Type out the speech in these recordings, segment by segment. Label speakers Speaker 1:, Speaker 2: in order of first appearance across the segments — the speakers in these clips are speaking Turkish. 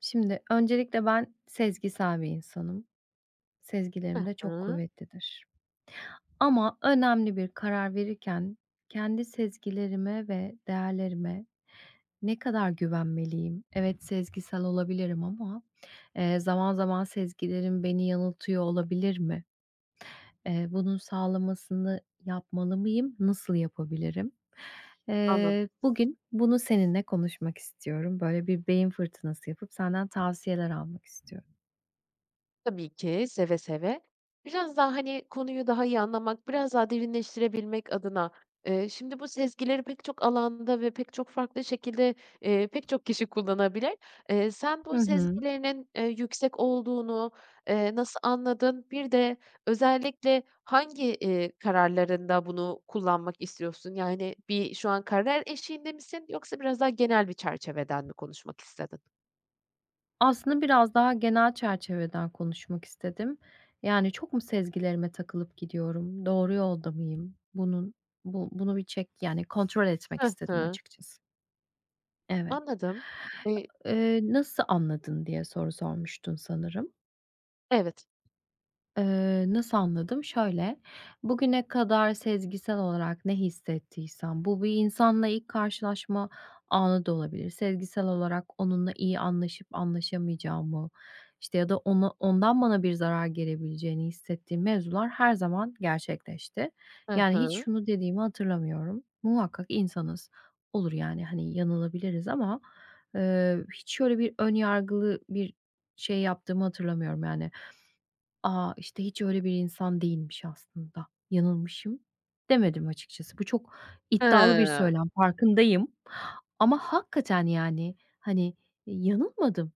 Speaker 1: Şimdi öncelikle ben sezgisel bir insanım. Sezgilerim de çok
Speaker 2: Hıı,
Speaker 1: kuvvetlidir. Ama önemli bir karar verirken kendi sezgilerime ve değerlerime ne kadar güvenmeliyim? Evet, sezgisel olabilirim ama, zaman zaman sezgilerim beni yanıltıyor olabilir mi? Bunun sağlamasını yapmalı mıyım? Nasıl yapabilirim?
Speaker 2: anladım.
Speaker 1: Bugün bunu seninle konuşmak istiyorum. Böyle bir beyin fırtınası yapıp senden tavsiyeler almak istiyorum.
Speaker 2: Tabii ki, seve seve. Biraz daha, hani, konuyu daha iyi anlamak, biraz daha derinleştirebilmek adına, şimdi bu sezgileri pek çok alanda ve pek çok farklı şekilde, pek çok kişi kullanabilir. Sen
Speaker 1: Hı
Speaker 2: bu
Speaker 1: hı.
Speaker 2: sezgilerinin, yüksek olduğunu, nasıl anladın? Bir de özellikle hangi, kararlarında bunu kullanmak istiyorsun? Yani, bir şu an karar eşiğinde misin yoksa biraz daha genel bir çerçeveden mi konuşmak istedin?
Speaker 1: Aslında biraz daha genel çerçeveden konuşmak istedim. Yani çok mu sezgilerime takılıp gidiyorum? Doğru yolda mıyım? Bunun bunu bir çek yani kontrol etmek
Speaker 2: Hı
Speaker 1: istedim
Speaker 2: hı,
Speaker 1: açıkçası. Evet.
Speaker 2: anladım.
Speaker 1: Nasıl anladın diye soru sormuştun sanırım.
Speaker 2: Evet.
Speaker 1: Nasıl anladım? Şöyle, bugüne kadar sezgisel olarak ne hissettiysem, bu bir insanla ilk karşılaşma anı da olabilir. Sezgisel olarak onunla iyi anlaşıp anlaşamayacağımı, işte, ya da ona ondan bana bir zarar gelebileceğini hissettiğim mevzular her zaman gerçekleşti.
Speaker 2: Hı
Speaker 1: Yani hiç
Speaker 2: hı.
Speaker 1: şunu dediğimi hatırlamıyorum. Muhakkak insanız. Olur yani, hani, yanılabiliriz ama, hiç şöyle bir ön yargılı bir şey yaptığımı hatırlamıyorum yani. Aa işte, hiç öyle bir insan değilmiş aslında, yanılmışım demedim açıkçası. Bu çok iddialı bir
Speaker 2: Hıı.
Speaker 1: söylem, farkındayım ama hakikaten, yani, hani, yanılmadım,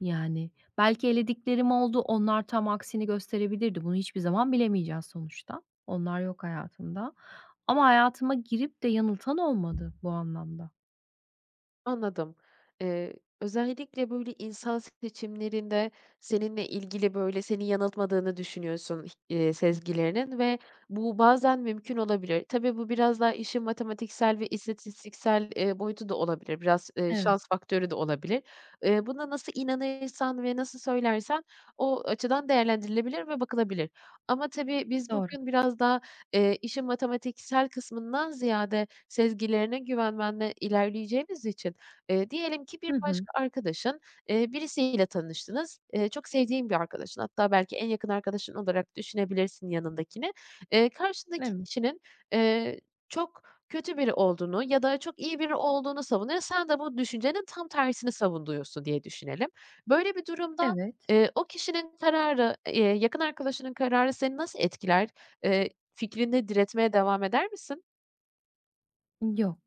Speaker 1: yani. Belki elediklerim oldu, onlar tam aksini gösterebilirdi. Bunu hiçbir zaman bilemeyeceğiz sonuçta. Onlar yok hayatımda ama hayatıma girip de yanıltan olmadı bu anlamda.
Speaker 2: Anladım. Eee, özellikle, böyle, insan seçimlerinde seninle ilgili, böyle, seni yanıltmadığını düşünüyorsun, sezgilerinin ve bu bazen mümkün olabilir. Tabii, bu biraz daha işin matematiksel ve istatistiksel, boyutu da olabilir. Biraz,
Speaker 1: Evet,
Speaker 2: şans faktörü de olabilir. Buna nasıl inanırsan ve nasıl söylersen o açıdan değerlendirilebilir ve bakılabilir. Ama tabii biz
Speaker 1: doğru.
Speaker 2: bugün biraz daha, işin matematiksel kısmından ziyade sezgilerine güvenmenle ilerleyeceğimiz için diyelim ki bir
Speaker 1: Hı
Speaker 2: başka
Speaker 1: hı.
Speaker 2: arkadaşın, birisiyle tanıştınız. Çok sevdiğin bir arkadaşın, hatta belki en yakın arkadaşın olarak düşünebilirsin yanındakini. Karşındaki
Speaker 1: Evet,
Speaker 2: kişinin, eee, çok kötü biri olduğunu ya da çok iyi biri olduğunu savunuyor. Sen de bu düşüncenin tam tersini savunuyorsun diye düşünelim. Böyle bir durumda,
Speaker 1: evet.
Speaker 2: o kişinin kararı, yakın arkadaşının kararı seni nasıl etkiler? Fikrinde diretmeye devam eder misin?
Speaker 1: Yok,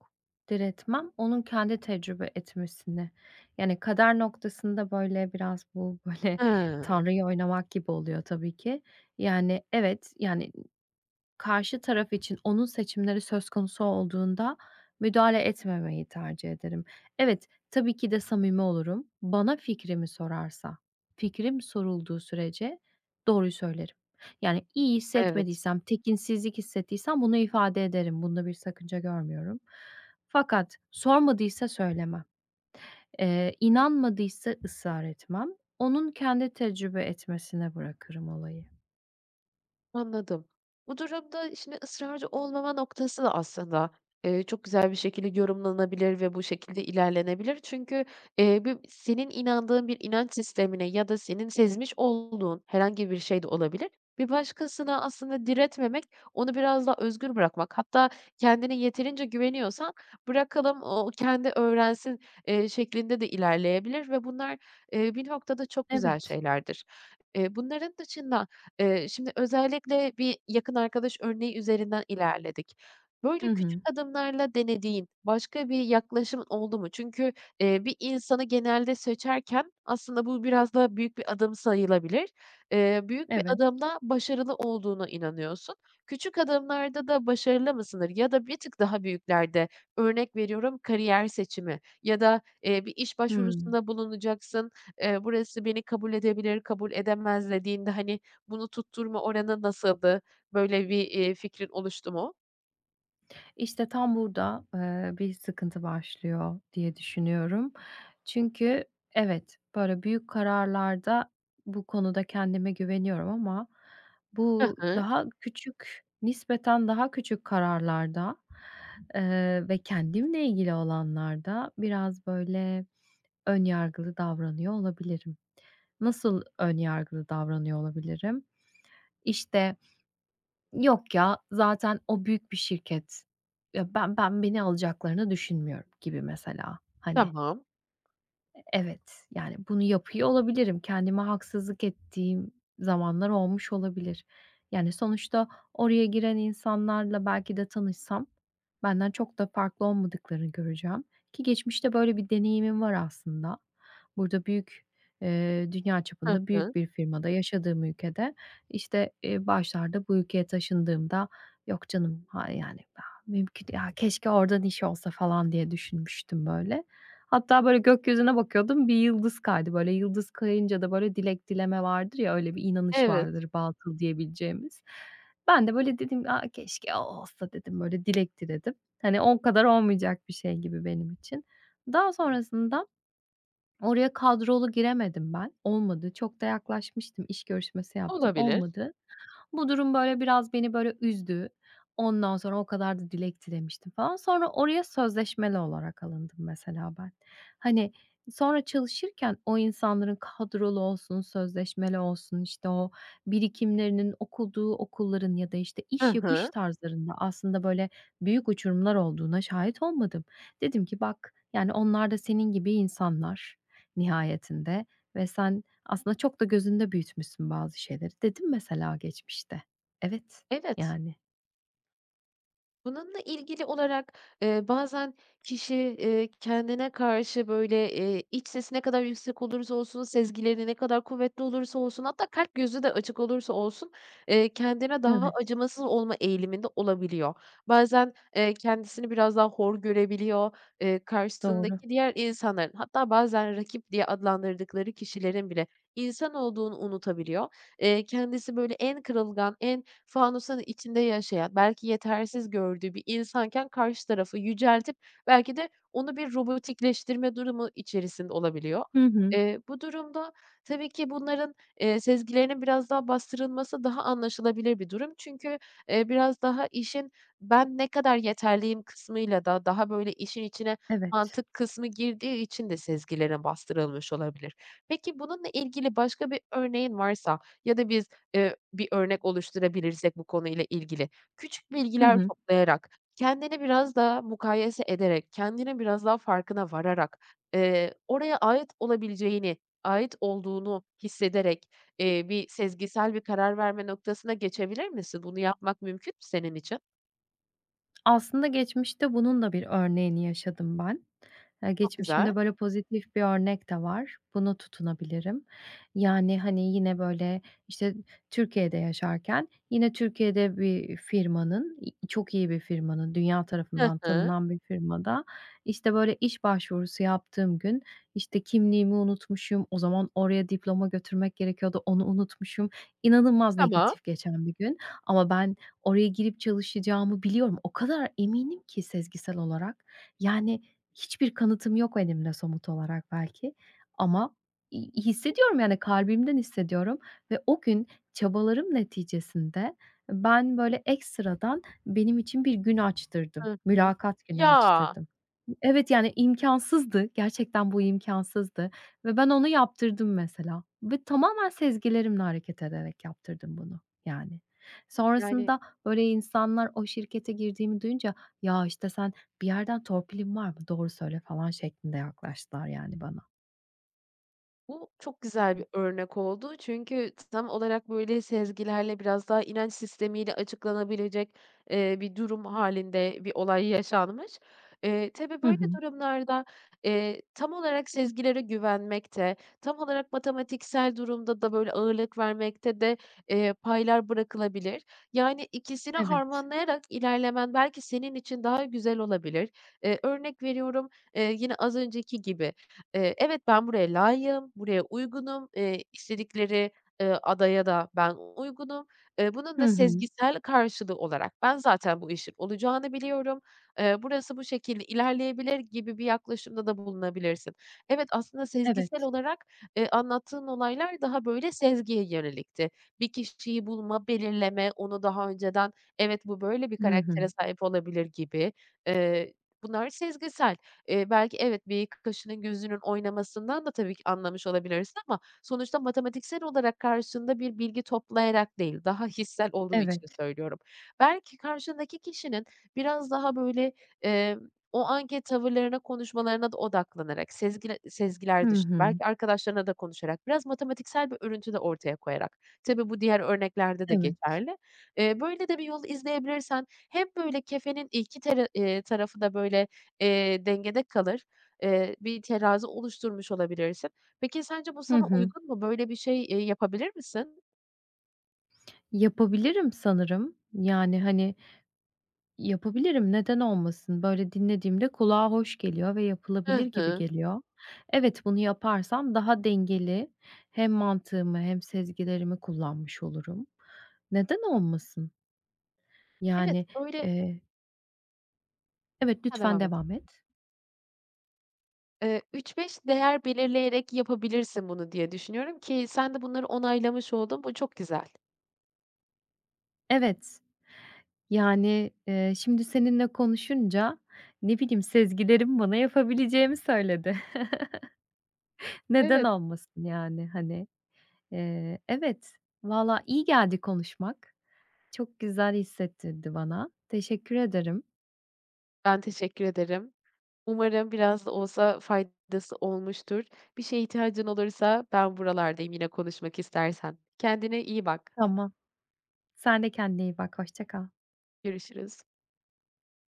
Speaker 1: diretmem. Onun kendi tecrübe etmesini, yani kader noktasında, böyle, biraz bu, böyle,
Speaker 2: Hıı,
Speaker 1: tanrıyı oynamak gibi oluyor tabii ki. Yani, evet, yani, karşı taraf için onun seçimleri söz konusu olduğunda müdahale etmemeyi tercih ederim. Evet, tabii ki de samimi olurum. Bana fikrimi sorarsa, fikrim sorulduğu sürece doğruyu söylerim. Yani, iyi
Speaker 2: evet.
Speaker 1: hissetmediysem, tekinsizlik hissettiysem bunu ifade ederim. Bunda bir sakınca görmüyorum. Fakat sormadıysa söylemem. İnanmadıysa ısrar etmem. Onun kendi tecrübe etmesine bırakırım olayı.
Speaker 2: Anladım. Bu durumda şimdi ısrarcı olmama noktası da aslında, çok güzel bir şekilde yorumlanabilir ve bu şekilde ilerlenebilir. Çünkü, bir senin inandığın bir inanç sistemine ya da senin sezmiş olduğun herhangi bir şey de olabilir. Bir başkasına aslında diretmemek, onu biraz daha özgür bırakmak. Hatta kendine yeterince güveniyorsan bırakalım o kendi öğrensin, şeklinde de ilerleyebilir ve bunlar, bir noktada çok güzel
Speaker 1: Evet.
Speaker 2: şeylerdir. Bunların dışında, şimdi özellikle bir yakın arkadaş örneği üzerinden ilerledik.
Speaker 1: Hı
Speaker 2: Böyle küçük
Speaker 1: hı.
Speaker 2: adımlarla denediğin başka bir yaklaşımın oldu mu? Çünkü, bir insanı genelde seçerken aslında bu biraz daha büyük bir adım sayılabilir. Büyük bir
Speaker 1: Evet.
Speaker 2: adımda başarılı olduğuna inanıyorsun. Küçük adımlarda da başarılı mısındır? Ya da bir tık daha büyüklerde, örnek veriyorum, kariyer seçimi ya da, bir iş
Speaker 1: Hıı.
Speaker 2: başvurusunda bulunacaksın, burası beni kabul edebilir, kabul edemez dediğinde, hani, bunu tutturma oranı nasıldı? Böyle bir, fikrin oluştu mu?
Speaker 1: İşte, tam burada, bir sıkıntı başlıyor diye düşünüyorum. Çünkü evet, böyle, büyük kararlarda bu konuda kendime güveniyorum ama
Speaker 2: Hı
Speaker 1: bu
Speaker 2: hı.
Speaker 1: daha küçük, nispeten daha küçük kararlarda, ve kendimle ilgili olanlarda biraz, böyle, ön yargılı davranıyor olabilirim. Nasıl ön yargılı davranıyor olabilirim? İşte, yok ya, zaten o büyük bir şirket. Ya, ben beni alacaklarını düşünmüyorum gibi mesela, hani.
Speaker 2: Tamam.
Speaker 1: Evet, yani, bunu yapıyor olabilirim. Kendime haksızlık ettiğim zamanlar olmuş olabilir. Yani, sonuçta oraya giren insanlarla belki de tanışsam benden çok da farklı olmadıklarını göreceğim ki geçmişte böyle bir deneyimim var aslında. Burada büyük, dünya
Speaker 2: Hı
Speaker 1: çapında
Speaker 2: hı.
Speaker 1: büyük bir firmada, yaşadığım ülkede, işte, başlarda bu ülkeye taşındığımda "Yok canım, ha yani, ha, mümkün ya keşke oradan iş olsa." falan diye düşünmüştüm böyle. Hatta böyle gökyüzüne bakıyordum, bir yıldız kaydı. Böyle yıldız kayınca da böyle dilek dileme vardır ya, öyle bir inanış
Speaker 2: Evet,
Speaker 1: vardır batıl diyebileceğimiz. Ben de böyle dedim, "A, keşke o olsa." dedim, böyle dilek diledim. Hani o kadar olmayacak bir şey gibi benim için. Daha sonrasında oraya kadrolu giremedim ben. Olmadı. Çok da yaklaşmıştım, iş görüşmesi yaptım.
Speaker 2: olabilir.
Speaker 1: Olmadı. Bu durum, böyle, biraz beni, böyle, üzdü. Ondan sonra o kadar da dilek dilemiştim falan. Sonra oraya sözleşmeli olarak alındım mesela ben. Hani, sonra çalışırken o insanların kadrolu olsun, sözleşmeli olsun, işte, o birikimlerinin okuduğu okulların ya da, işte,
Speaker 2: Hı
Speaker 1: iş yapış
Speaker 2: hı.
Speaker 1: tarzlarında aslında, böyle, büyük uçurumlar olduğuna şahit olmadım. Dedim ki, "Bak, yani, onlar da senin gibi insanlar nihayetinde ve sen aslında çok da gözünde büyütmüşsün bazı şeyleri. Dedim mesela geçmişte. Evet,
Speaker 2: Evet.
Speaker 1: yani.
Speaker 2: Bununla ilgili olarak, bazen kişi, kendine karşı, böyle, iç sesi ne kadar yüksek olursa olsun, sezgileri ne kadar kuvvetli olursa olsun, hatta kalp gözü de açık olursa olsun, kendine daha
Speaker 1: Evet,
Speaker 2: acımasız olma eğiliminde olabiliyor. Bazen, kendisini biraz daha hor görebiliyor,
Speaker 1: doğru.
Speaker 2: karşısındaki diğer insanların, hatta bazen rakip diye adlandırdıkları kişilerin bile insan olduğunu unutabiliyor. Kendisi, böyle, en kırılgan, en Fanusun içinde yaşayan, belki yetersiz gördüğü bir insanken karşı tarafı yüceltip belki de onu bir robotikleştirme durumu içerisinde olabiliyor.
Speaker 1: Hı hı.
Speaker 2: Bu durumda tabii ki bunların, sezgilerinin biraz daha bastırılması daha anlaşılabilir bir durum. Çünkü, biraz daha işin "Ben ne kadar yeterliyim?" kısmıyla da daha böyle işin içine
Speaker 1: Evet.
Speaker 2: mantık kısmı girdiği için de sezgilerine bastırılmış olabilir. Peki bununla ilgili başka bir örneğin varsa ya da biz bir örnek oluşturabilirsek bu konuyla ilgili, küçük
Speaker 1: Hı
Speaker 2: bilgiler
Speaker 1: hı.
Speaker 2: toplayarak, kendini biraz daha mukayese ederek, kendini biraz daha farkına vararak, oraya ait olabileceğini, ait olduğunu hissederek, bir sezgisel bir karar verme noktasına geçebilir misin? Bunu yapmak mümkün mü senin için?
Speaker 1: Aslında geçmişte bunun da bir örneğini yaşadım ben.
Speaker 2: Çok güzel.
Speaker 1: Geçmişimde böyle pozitif bir örnek de var. Buna tutunabilirim. Yani, hani, yine, böyle, işte, Türkiye'de yaşarken yine Türkiye'de bir firmanın, çok iyi bir firmanın, dünya
Speaker 2: Hı
Speaker 1: tarafından
Speaker 2: hı.
Speaker 1: tanınan bir firmada, işte, böyle, iş başvurusu yaptığım gün, işte, kimliğimi unutmuşum. O zaman oraya diploma götürmek gerekiyordu, onu unutmuşum. İnanılmaz
Speaker 2: Tamam.
Speaker 1: negatif geçen bir gün ama ben oraya girip çalışacağımı biliyorum. O kadar eminim ki sezgisel olarak. Yani hiçbir kanıtım yok elimde somut olarak belki ama hissediyorum, yani kalbimden hissediyorum ve o gün çabalarım neticesinde ben böyle ekstradan benim için bir gün açtırdım.
Speaker 2: Hı hı.
Speaker 1: Mülakat günü
Speaker 2: Ya!
Speaker 1: açtırdım. Evet, yani imkansızdı. Gerçekten bu imkansızdı ve ben onu yaptırdım mesela ve tamamen sezgilerimle hareket ederek yaptırdım bunu, yani.
Speaker 2: Yani
Speaker 1: Sonrasında böyle insanlar o şirkete girdiğimi duyunca, "Ya, işte, sen bir yerden torpilin var mı? Doğru söyle." falan şeklinde yaklaştılar yani bana.
Speaker 2: bu çok güzel bir örnek oldu. Çünkü tam olarak böyle sezgilerle biraz daha inanç sistemiyle açıklanabilecek, bir durum halinde bir olay yaşanmış. Tabii
Speaker 1: Hı
Speaker 2: böyle
Speaker 1: hı.
Speaker 2: durumlarda, tam olarak sezgilere güvenmekte, tam olarak matematiksel durumda da böyle ağırlık vermekte de, paylar bırakılabilir. Yani ikisini
Speaker 1: Evet.
Speaker 2: harmanlayarak ilerlemen belki senin için daha güzel olabilir. Örnek veriyorum, yine az önceki gibi, evet, ben buraya layığım, buraya uygunum, istedikleri, adaya da ben uygunum. Bunun
Speaker 1: Hı
Speaker 2: da
Speaker 1: hı.
Speaker 2: sezgisel karşılığı olarak ben zaten bu işin olacağını biliyorum. Burası bu şekilde ilerleyebilir gibi bir yaklaşımda da bulunabilirsin. Evet, aslında sezgisel
Speaker 1: Evet.
Speaker 2: olarak, anlattığın olaylar daha böyle sezgiye yönelikti. Bir kişiyi bulma, belirleme, onu daha önceden, evet, bu böyle bir
Speaker 1: Hı hı.
Speaker 2: karaktere sahip olabilir gibi. Eee, bunlar sezgisel. Belki evet, bir kaşının gözünün oynamasından da tabii ki anlamış olabilirsin ama sonuçta matematiksel olarak karşında bir bilgi toplayarak değil, daha hissel olduğu için
Speaker 1: Evet.
Speaker 2: söylüyorum. Belki karşındaki kişinin biraz daha böyle, eee, o anki tavırlarına, konuşmalarına da odaklanarak, sezgiler,
Speaker 1: Hı
Speaker 2: sezgiler dışında,
Speaker 1: hı.
Speaker 2: belki arkadaşlarına da konuşarak, biraz matematiksel bir örüntü de ortaya koyarak, tabii bu diğer örneklerde de
Speaker 1: Evet.
Speaker 2: geçerli. Böyle de bir yol izleyebilirsen hem böyle kefenin 2 tarafı da böyle dengede kalır. Bir terazi oluşturmuş olabilirsin. Peki sence bu
Speaker 1: Hı
Speaker 2: sana
Speaker 1: hı.
Speaker 2: uygun mu? Böyle bir şey, yapabilir misin?
Speaker 1: Yapabilirim sanırım. Yani, hani, yapabilirim, neden olmasın? Böyle dinlediğimde kulağa hoş geliyor ve
Speaker 2: Hı
Speaker 1: yapılabilir gibi
Speaker 2: hı.
Speaker 1: geliyor. Evet, bunu yaparsam daha dengeli hem mantığımı hem sezgilerimi kullanmış olurum. Neden olmasın?
Speaker 2: Evet,
Speaker 1: Yani,
Speaker 2: böyle
Speaker 1: eee Evet,
Speaker 2: Sen
Speaker 1: lütfen
Speaker 2: devam et.
Speaker 1: devam et.
Speaker 2: 3-5 değer belirleyerek yapabilirsin bunu diye düşünüyorum ki sen de bunları onaylamış oldun. Bu çok güzel.
Speaker 1: Evet, yani, şimdi seninle konuşunca, ne bileyim, sezgilerim bana yapabileceğimi söyledi. Neden
Speaker 2: Evet.
Speaker 1: olmasın yani, hani? Evet, valla iyi geldi konuşmak. Çok güzel hissettirdi bana. Teşekkür ederim.
Speaker 2: Ben teşekkür ederim. Umarım biraz da olsa faydası olmuştur. Bir şeye ihtiyacın olursa ben buralardayım yine konuşmak istersen. Kendine iyi bak.
Speaker 1: Tamam. Sen de kendine iyi bak. Hoşça kal.
Speaker 2: Görüşürüz.